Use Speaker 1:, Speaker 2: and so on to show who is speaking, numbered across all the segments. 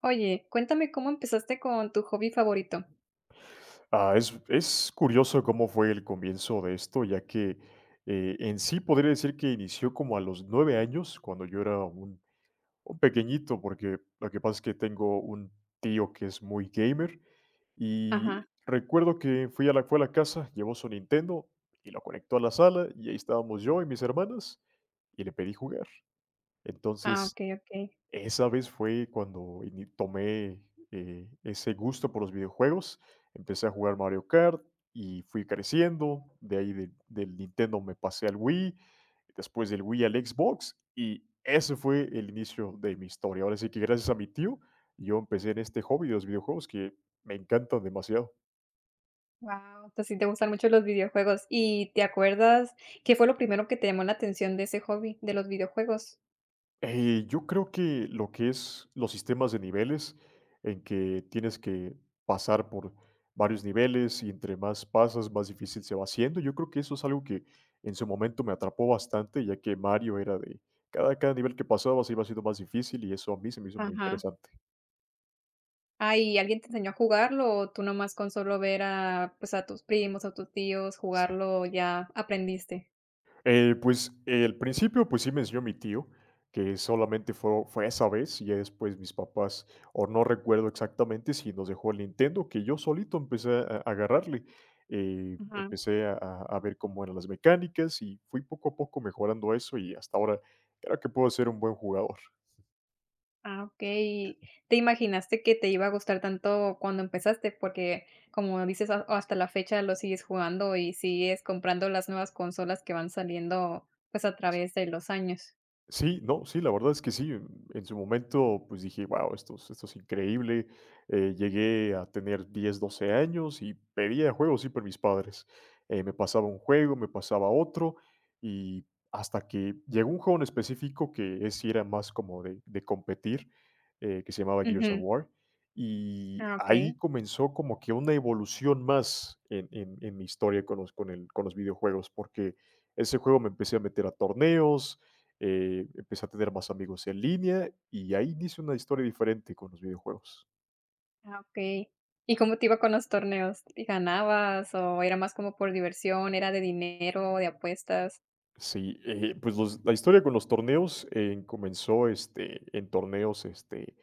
Speaker 1: Oye, cuéntame cómo empezaste con tu hobby favorito.
Speaker 2: Es curioso cómo fue el comienzo de esto, ya que en sí podría decir que inició como a los 9 años, cuando yo era un pequeñito, porque lo que pasa es que tengo un tío que es muy gamer y
Speaker 1: Ajá.
Speaker 2: recuerdo que fue a la casa, llevó su Nintendo y lo conectó a la sala y ahí estábamos yo y mis hermanas y le pedí jugar.
Speaker 1: Ah,
Speaker 2: Entonces
Speaker 1: okey, okey.
Speaker 2: esa vez fue cuando ini tomé, ese gusto por los videojuegos. Empecé a jugar Mario Kart y fui creciendo. De ahí del Nintendo me pasé al Wii, después del Wii al Xbox, y ese fue el inicio de mi historia. Ahora sí que gracias a mi tío, yo empecé en este hobby de los videojuegos que me encantan demasiado.
Speaker 1: Wow. Entonces, sí te gustan mucho los videojuegos, ¿y te acuerdas qué fue lo primero que te llamó la atención de ese hobby, de los videojuegos?
Speaker 2: Yo creo que lo que es los sistemas de niveles, en que tienes que pasar por varios niveles y entre más pasas, más difícil se va haciendo. Yo creo que eso es algo que en su momento me atrapó bastante, ya que Mario era de cada nivel que pasabas iba siendo más difícil y eso a mí se me hizo muy
Speaker 1: Ajá.
Speaker 2: interesante.
Speaker 1: Ah, ¿y alguien te enseñó a jugarlo o tú nomás con solo ver a, pues, a tus primos, a tus tíos
Speaker 2: Sí.
Speaker 1: jugarlo ya aprendiste?
Speaker 2: Pues, el principio, pues sí me enseñó mi tío, que solamente fue esa vez, y ya después mis papás, o no recuerdo exactamente si nos dejó el Nintendo, que yo solito empecé a agarrarle.
Speaker 1: Ajá.
Speaker 2: Empecé a ver cómo eran las mecánicas y fui poco a poco mejorando eso, y hasta ahora creo que puedo ser un buen jugador.
Speaker 1: Ah, okey. ¿Te imaginaste que te iba a gustar tanto cuando empezaste? Porque, como dices, ha hasta la fecha lo sigues jugando y sigues comprando las nuevas consolas que van saliendo, pues, a través de los años.
Speaker 2: Sí, no, sí, la verdad es que sí. En su momento, pues dije, wow, esto es increíble. Llegué a tener 10, 12 años y pedía juegos siempre a mis padres. Me pasaba un juego, me pasaba otro, y hasta que llegó un juego en específico que es, sí era más como de competir, que se llamaba Gears of
Speaker 1: Ujú.
Speaker 2: War. Y
Speaker 1: Ah,
Speaker 2: ahí
Speaker 1: okey.
Speaker 2: comenzó como que una evolución más en mi historia con con los videojuegos, porque ese juego me empecé a meter a torneos empecé a tener más amigos en línea y ahí inicia una historia diferente con los videojuegos.
Speaker 1: Ah, okey. ¿Y cómo te iba con los torneos? ¿Y ganabas o era más como por diversión, era de dinero, de apuestas?
Speaker 2: Sí, pues los la historia con los torneos, comenzó, este, en torneos, este,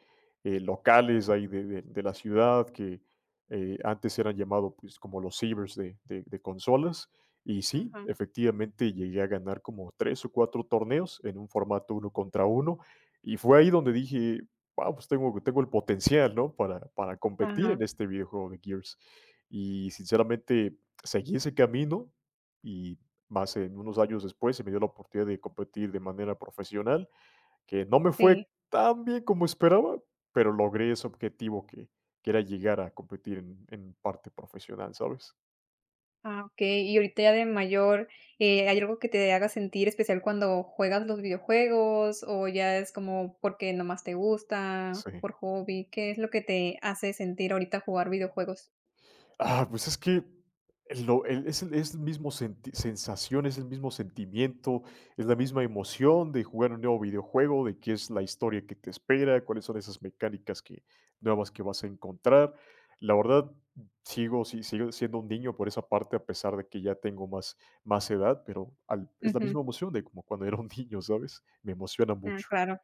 Speaker 2: locales ahí de la ciudad que, antes eran llamados pues, como los cibers de consolas. Y sí,
Speaker 1: Ajá,
Speaker 2: efectivamente, llegué a ganar como 3 o 4 torneos en un formato uno contra uno y fue ahí donde dije: "Guau, pues tengo el potencial, ¿no?, para competir
Speaker 1: ajá,
Speaker 2: en este videojuego de Gears". Y sinceramente seguí ese camino y más en unos años después se me dio la oportunidad de competir de manera profesional, que no me fue
Speaker 1: sí.
Speaker 2: tan bien como esperaba, pero logré ese objetivo que era llegar a competir en parte profesional, ¿sabes?
Speaker 1: Ah, okey. Y ahorita ya de mayor, ¿hay algo que te haga sentir especial cuando juegas los videojuegos, o ya es como porque nomás te gusta,
Speaker 2: Sí.
Speaker 1: por hobby? ¿Qué es lo que te hace sentir ahorita jugar videojuegos?
Speaker 2: Ah, pues es que lo el es el es el mismo senti sensación, es el mismo sentimiento, es la misma emoción de jugar un nuevo videojuego, de qué es la historia que te espera, cuáles son esas mecánicas que nuevas que vas a encontrar. La verdad, sigo si sigo siendo un niño por esa parte, a pesar de que ya tengo más edad, pero al es la
Speaker 1: Ujú.
Speaker 2: misma emoción de como cuando era un niño, ¿sabes? Me emociona
Speaker 1: Ah,
Speaker 2: mucho.
Speaker 1: claro.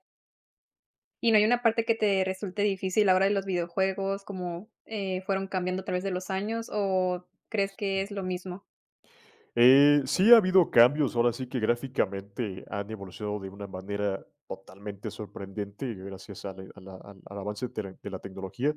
Speaker 1: ¿Y no hay una parte que te resulte difícil ahora de los videojuegos, como, fueron cambiando a través de los años, o crees que es lo mismo?
Speaker 2: Sí ha habido cambios, ahora sí que gráficamente han evolucionado de una manera totalmente sorprendente gracias a al avance de la tecnología.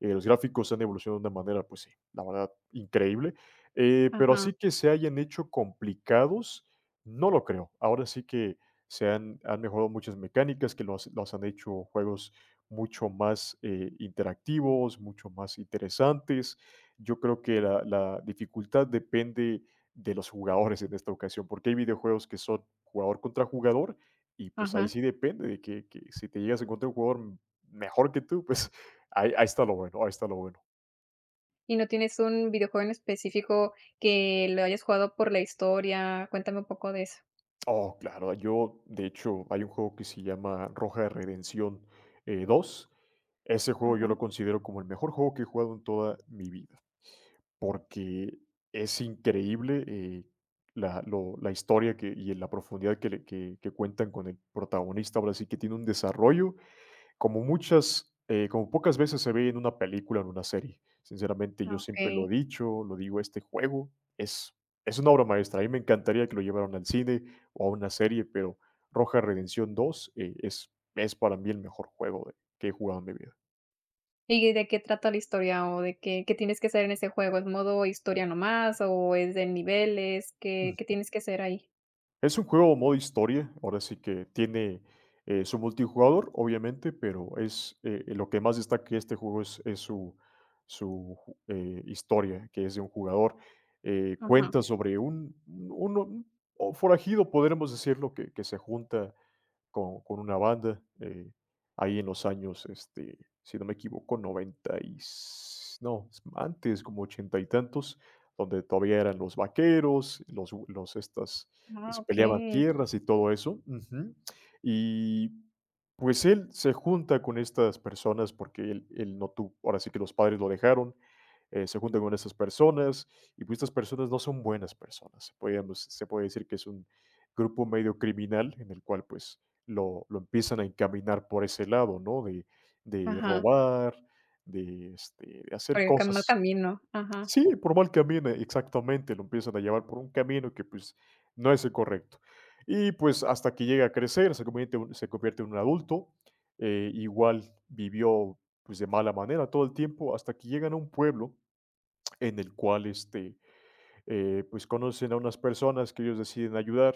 Speaker 2: Los gráficos han evolucionado de una manera, pues sí, la verdad, increíble. Pero
Speaker 1: Ajá,
Speaker 2: así que se hayan hecho complicados, no lo creo. Ahora sí que han mejorado muchas mecánicas que los han hecho juegos mucho más interactivos, mucho más interesantes. Yo creo que la dificultad depende de los jugadores en esta ocasión, porque hay videojuegos que son jugador contra jugador y pues ahí
Speaker 1: ajá.
Speaker 2: sí depende de que si te llegas a encontrar un jugador mejor que tú, pues ahí está lo bueno, ahí está lo bueno.
Speaker 1: ¿Y no tienes un videojuego en específico que lo hayas jugado por la historia? Cuéntame un poco de eso.
Speaker 2: Oh, claro, yo de hecho hay un juego que se llama Roja de Redención 2. Ese juego yo
Speaker 1: Ajá.
Speaker 2: lo considero como el mejor juego que he jugado en toda mi vida, porque es increíble la historia y la profundidad que cuentan con el protagonista. Ahora sí que tiene un desarrollo como muchas, como pocas veces se ve en una película o en una serie. Sinceramente,
Speaker 1: Ah,
Speaker 2: yo siempre
Speaker 1: okey.
Speaker 2: lo he dicho, lo digo, este juego es, es una obra maestra. A mí me encantaría que lo llevaran al cine o a una serie, pero Roja Redención 2 es para mí el mejor juego que he jugado en mi vida.
Speaker 1: ¿Y de qué trata la historia o de qué tienes que hacer en ese juego? ¿Es modo historia nomás o es de niveles? ¿Qué tienes que hacer ahí?
Speaker 2: Es un juego modo historia, ahora sí que tiene, su multijugador, obviamente, pero lo que más destaca de este juego es su su ju historia, que es de un jugador.
Speaker 1: Ajá.
Speaker 2: Cuenta sobre un forajido, podremos decirlo, que se junta con una banda, ahí en los años, este, si no me equivoco, 90 y s no, es antes, como ochenta y tantos, donde todavía eran los vaqueros,
Speaker 1: Ah,
Speaker 2: se peleaban
Speaker 1: okey.
Speaker 2: tierras y todo eso. Ujú. Y, pues, él se junta con estas personas porque él no tuvo, ahora sí que los padres lo dejaron, se junta con estas personas y, pues, estas personas no son buenas personas. Podríamos Se puede decir que es un grupo medio criminal en el cual, pues, lo empiezan a encaminar por ese lado, ¿no? De
Speaker 1: Ajá.
Speaker 2: robar, de, este, de
Speaker 1: Por
Speaker 2: hacer
Speaker 1: el cam mal
Speaker 2: cosas.
Speaker 1: camino. Ajá,
Speaker 2: Sí, por mal camino, exactamente, lo empiezan a llevar por un camino que, pues, no es el correcto. Y, pues, hasta que llega a crecer, se convierte en un adulto, igual vivió, pues, de mala manera todo el tiempo, hasta que llegan a un pueblo en el cual, este, pues conocen a unas personas que ellos deciden ayudar.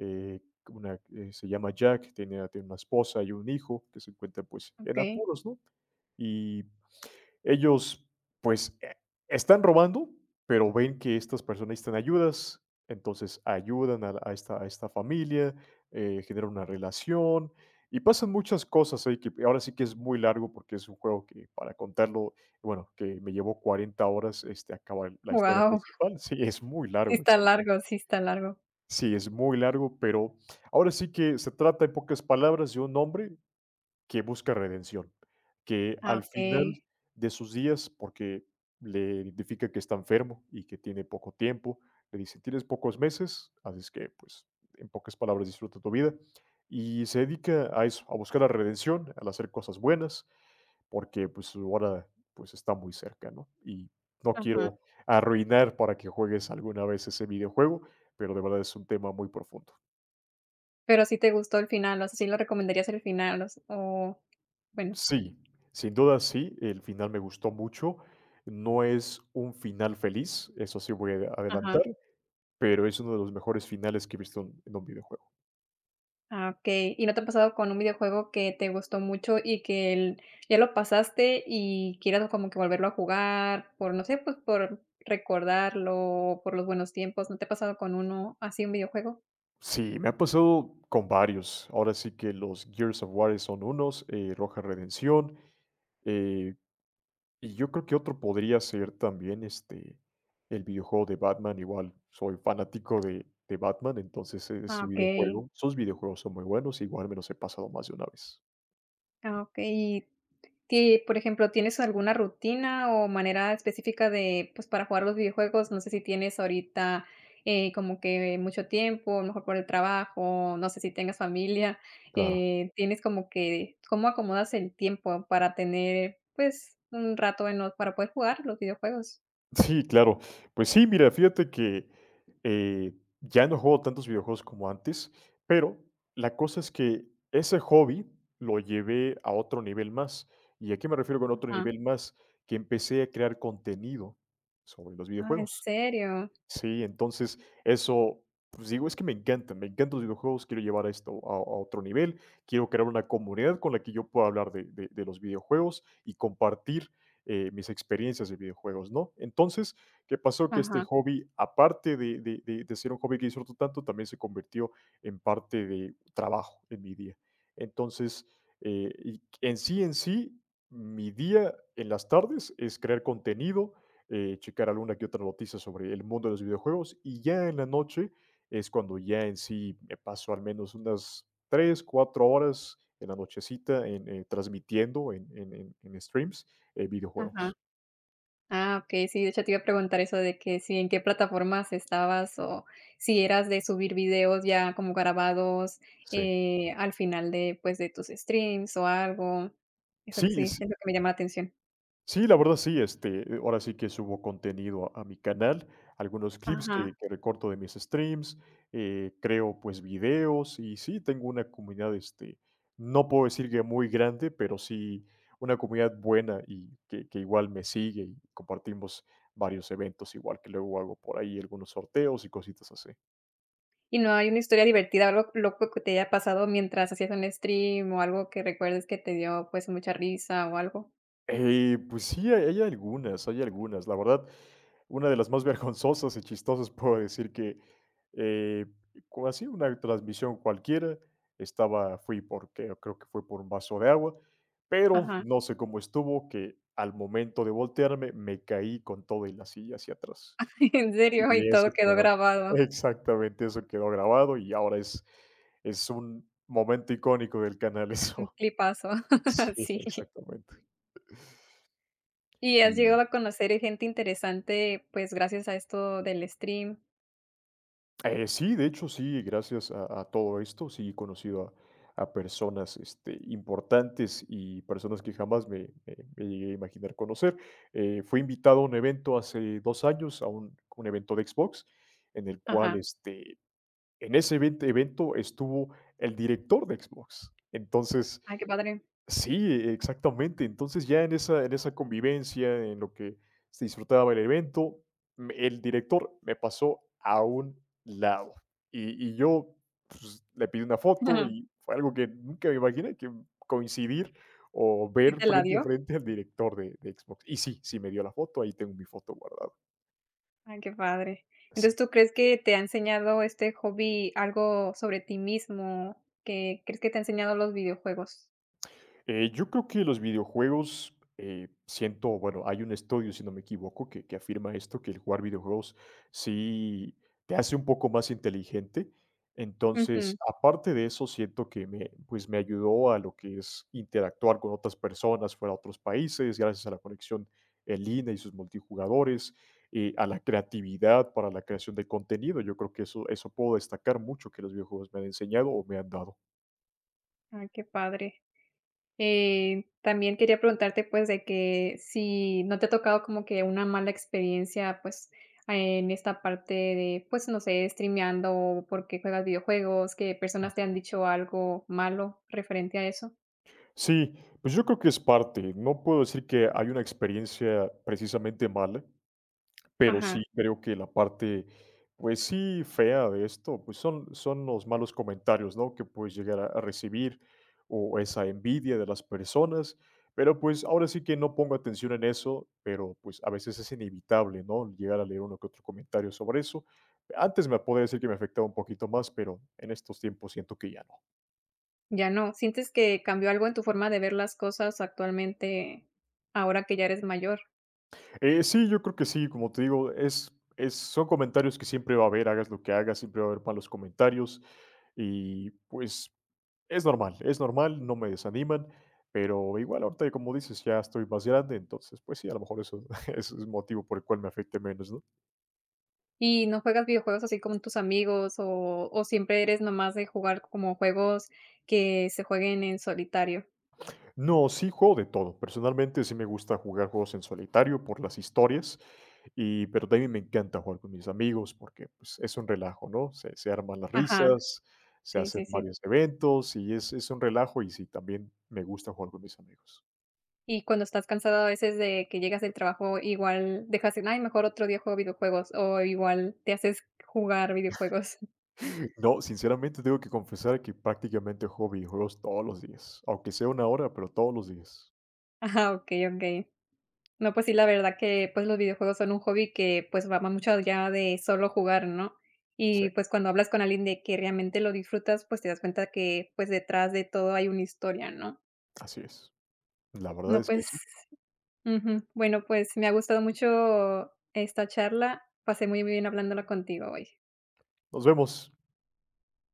Speaker 2: eh, una, se llama Jack, tiene una esposa y un hijo que se encuentran pues en
Speaker 1: okey.
Speaker 2: apuros, ¿no? Y ellos, pues, están robando, pero ven que estas personas necesitan ayudas, entonces ayudan a esta familia, generan una relación y pasan muchas cosas ahí que ahora sí que es muy largo porque es un juego que para contarlo, bueno, que me llevó 40 horas este, acabar la historia
Speaker 1: Wow.
Speaker 2: principal. Sí, es muy
Speaker 1: Sí
Speaker 2: largo,
Speaker 1: está
Speaker 2: exacto.
Speaker 1: largo, sí está largo.
Speaker 2: Sí, es muy largo, pero ahora sí que se trata en pocas palabras de un hombre que busca redención, que
Speaker 1: Ah,
Speaker 2: al final
Speaker 1: okey.
Speaker 2: de sus días, porque le identifica que está enfermo y que tiene poco tiempo, le dice, tienes pocos meses, así es que, pues, en pocas palabras, disfruta tu vida. Y se dedica a eso, a buscar la redención, al hacer cosas buenas, porque pues su hora pues está muy cerca, ¿no? Y no
Speaker 1: Ajá.
Speaker 2: quiero arruinar para que juegues alguna vez ese videojuego, pero de verdad es un tema muy profundo.
Speaker 1: Pero sí te gustó el final, o sea, sí lo recomendarías el final, o s o bueno,
Speaker 2: Sí, sin duda sí, el final me gustó mucho. No es un final feliz, eso sí voy a adelantar,
Speaker 1: ajá.
Speaker 2: pero es uno de los mejores finales que he visto en un videojuego.
Speaker 1: Ah, okey, ¿y no te ha pasado con un videojuego que te gustó mucho y que el ya lo pasaste y quieras como que volverlo a jugar por, no sé, pues, por recordarlo, por los buenos tiempos? ¿No te ha pasado con uno así, un videojuego?
Speaker 2: Sí, me ha pasado con varios. Ahora sí que los Gears of War son unos, Roja Redención, eh, y yo creo que otro podría ser también este, el videojuego de Batman. Igual, soy fanático de Batman, entonces es
Speaker 1: Ah,
Speaker 2: su
Speaker 1: okey.
Speaker 2: videojuego. Sus videojuegos son muy buenos, igual me los he pasado más de una vez.
Speaker 1: Ah, okey. Y ti, por ejemplo, ¿tienes alguna rutina o manera específica de, pues, para jugar los videojuegos? No sé si tienes ahorita, como que mucho tiempo, a lo mejor por el trabajo, no sé si tengas familia,
Speaker 2: Claro.
Speaker 1: ¿tienes como que cómo acomodas el tiempo para tener, pues, un rato en los para poder jugar los videojuegos?
Speaker 2: Sí, claro. Pues sí, mira, fíjate que, eh, ya no juego tantos videojuegos como antes, pero la cosa es que ese hobby lo llevé a otro nivel más. ¿Y a qué me refiero con otro
Speaker 1: Ajá.
Speaker 2: nivel más? Que empecé a crear contenido sobre los
Speaker 1: Ah, ¿en
Speaker 2: videojuegos.
Speaker 1: serio?
Speaker 2: Sí, entonces eso, pues digo, es que me encantan los videojuegos, quiero llevar esto a otro nivel, quiero crear una comunidad con la que yo pueda hablar de los videojuegos y compartir mis experiencias de videojuegos, ¿no? Entonces, ¿qué pasó? Que este
Speaker 1: Ajá,
Speaker 2: hobby, aparte de ser un hobby que disfruto tanto, también se convirtió en parte de trabajo en mi día. Entonces, en sí, mi día en las tardes es crear contenido, checar alguna que otra noticia sobre el mundo de los videojuegos y ya en la noche es cuando ya en sí me paso al menos unas 3 4 horas en la nochecita transmitiendo en streams
Speaker 1: ajá.
Speaker 2: videojuegos.
Speaker 1: Ah, okey, sí, de hecho te iba a preguntar eso de que si en qué plataformas estabas o si eras de subir videos ya como grabados,
Speaker 2: Sí.
Speaker 1: al final de, pues, de tus streams o algo. Eso que sí,
Speaker 2: Sí.
Speaker 1: es lo que me llama la atención.
Speaker 2: Sí, la verdad sí, ahora sí que subo contenido a mi canal, algunos clips
Speaker 1: Ajá.
Speaker 2: que recorto de mis streams, creo pues videos. Y sí, tengo una comunidad, no puedo decir que muy grande, pero sí una comunidad buena y que igual me sigue y compartimos varios eventos, igual que luego hago por ahí algunos sorteos y cositas así.
Speaker 1: ¿Y no hay una historia divertida algo loco que te haya pasado mientras hacías un stream o algo que recuerdes que te dio, pues, mucha risa o algo?
Speaker 2: Pues sí, hay algunas, hay algunas. La verdad, una de las más vergonzosas y chistosas, puedo decir que, eh, co así una transmisión cualquiera, estaba fui porque creo que fue por un vaso de agua, pero
Speaker 1: Ajá.
Speaker 2: no sé cómo estuvo, que al momento de voltearme, me caí con todo y la silla hacia atrás.
Speaker 1: ¿En
Speaker 2: Y
Speaker 1: serio? Y todo
Speaker 2: eso
Speaker 1: quedó
Speaker 2: quedó,
Speaker 1: grabado.
Speaker 2: exactamente, eso quedó grabado y ahora es un momento icónico del canal
Speaker 1: Un
Speaker 2: eso.
Speaker 1: clipazo.
Speaker 2: Sí,
Speaker 1: Sí.
Speaker 2: exactamente.
Speaker 1: ¿Y
Speaker 2: Y
Speaker 1: has llegado a conocer gente interesante, pues, gracias a esto del stream?
Speaker 2: Sí, de hecho, sí, gracias a todo esto, sí he conocido a personas, importantes, y personas que jamás me llegué a imaginar conocer. Fui invitado a un evento hace 2 años, un evento de Xbox, en el cual,
Speaker 1: Ajá.
Speaker 2: en ese evento estuvo el director de Xbox. Entonces,
Speaker 1: Ay, qué padre.
Speaker 2: sí, exactamente. Entonces, ya en esa convivencia, en lo que se disfrutaba el evento, me, el director, me pasó a un lado. Y yo, pues, le pedí una foto
Speaker 1: Ajá.
Speaker 2: y fue algo que nunca me imaginé, que coincidir o
Speaker 1: ¿Sí
Speaker 2: ver
Speaker 1: te la
Speaker 2: frente a
Speaker 1: dio?
Speaker 2: frente al director de Xbox. Y sí, sí me dio la foto, ahí tengo mi foto guardada.
Speaker 1: Ay, qué padre. Entonces,
Speaker 2: Sí.
Speaker 1: ¿tú crees que te ha enseñado este hobby algo sobre ti mismo? ¿Que crees que te ha enseñado los videojuegos?
Speaker 2: Yo creo que los videojuegos, siento, bueno, hay un estudio, si no me equivoco, que afirma esto, que el jugar videojuegos sí te hace un poco más inteligente.
Speaker 1: Ujú.
Speaker 2: Entonces, aparte de eso, siento que me, pues me ayudó a lo que es interactuar con otras personas fuera de otros países, gracias a la conexión en línea y sus multijugadores, a la creatividad para la creación de contenido. Yo creo que eso puedo destacar mucho, que los videojuegos me han enseñado o me han dado.
Speaker 1: Ay, qué padre. También quería preguntarte, pues, de que si no te ha tocado como que una mala experiencia, pues, en esta parte de, pues, no sé, streameando o porque juegas videojuegos, que personas te han dicho algo malo referente a eso.
Speaker 2: Sí, pues yo creo que es parte. No puedo decir que hay una experiencia precisamente mala, pero
Speaker 1: Ajá,
Speaker 2: sí creo que la parte, pues sí, fea de esto, pues son, son los malos comentarios, ¿no? Que puedes llegar a recibir, o esa envidia de las personas, pero pues ahora sí que no pongo atención en eso, pero pues a veces es inevitable, ¿no? Llegar a leer uno que otro comentario sobre eso. Antes me podía decir que me afectaba un poquito más, pero en estos tiempos siento que ya no.
Speaker 1: ya no. ¿Sientes que cambió algo en tu forma de ver las cosas actualmente, ahora que ya eres mayor?
Speaker 2: Sí, yo creo que sí, como te digo, es son comentarios que siempre va a haber, hagas lo que hagas, siempre va a haber malos comentarios y, pues, es normal, no me desaniman, pero igual ahorita, como dices, ya estoy más grande, entonces, pues sí, a lo mejor eso eso es el motivo por el cual me afecte menos, ¿no?
Speaker 1: ¿Y no juegas videojuegos así con tus amigos o siempre eres nomás de jugar como juegos que se jueguen en solitario?
Speaker 2: No, sí juego de todo. Personalmente, sí me gusta jugar juegos en solitario por las historias. Y, pero también me encanta jugar con mis amigos porque, pues, es un relajo, ¿no? Se arman las
Speaker 1: Ajá,
Speaker 2: risas, se
Speaker 1: sí,
Speaker 2: hacen
Speaker 1: sí, sí.
Speaker 2: varios eventos y es un relajo y sí, también me gusta jugar con mis amigos.
Speaker 1: Y cuando estás cansado a veces de que llegas del trabajo, igual dejas en: "Ay, mejor otro día juego videojuegos", o igual te haces jugar videojuegos.
Speaker 2: No, sinceramente tengo que confesar que prácticamente juego videojuegos todos los días, aunque sea una hora, pero todos los días.
Speaker 1: Ajá, okey, okey. No, pues sí, la verdad que, pues, los videojuegos son un hobby que, pues, va más mucho allá de solo jugar, ¿no?
Speaker 2: Sí,
Speaker 1: Y, pues, cuando hablas con alguien de que realmente lo disfrutas, pues, te das cuenta que, pues, detrás de todo hay una historia, ¿no?
Speaker 2: así es. La verdad
Speaker 1: No,
Speaker 2: es que
Speaker 1: pues
Speaker 2: sí.
Speaker 1: ujú. Bueno, pues, me ha gustado mucho esta charla. Pasé muy bien hablándola contigo hoy.
Speaker 2: Nos vemos.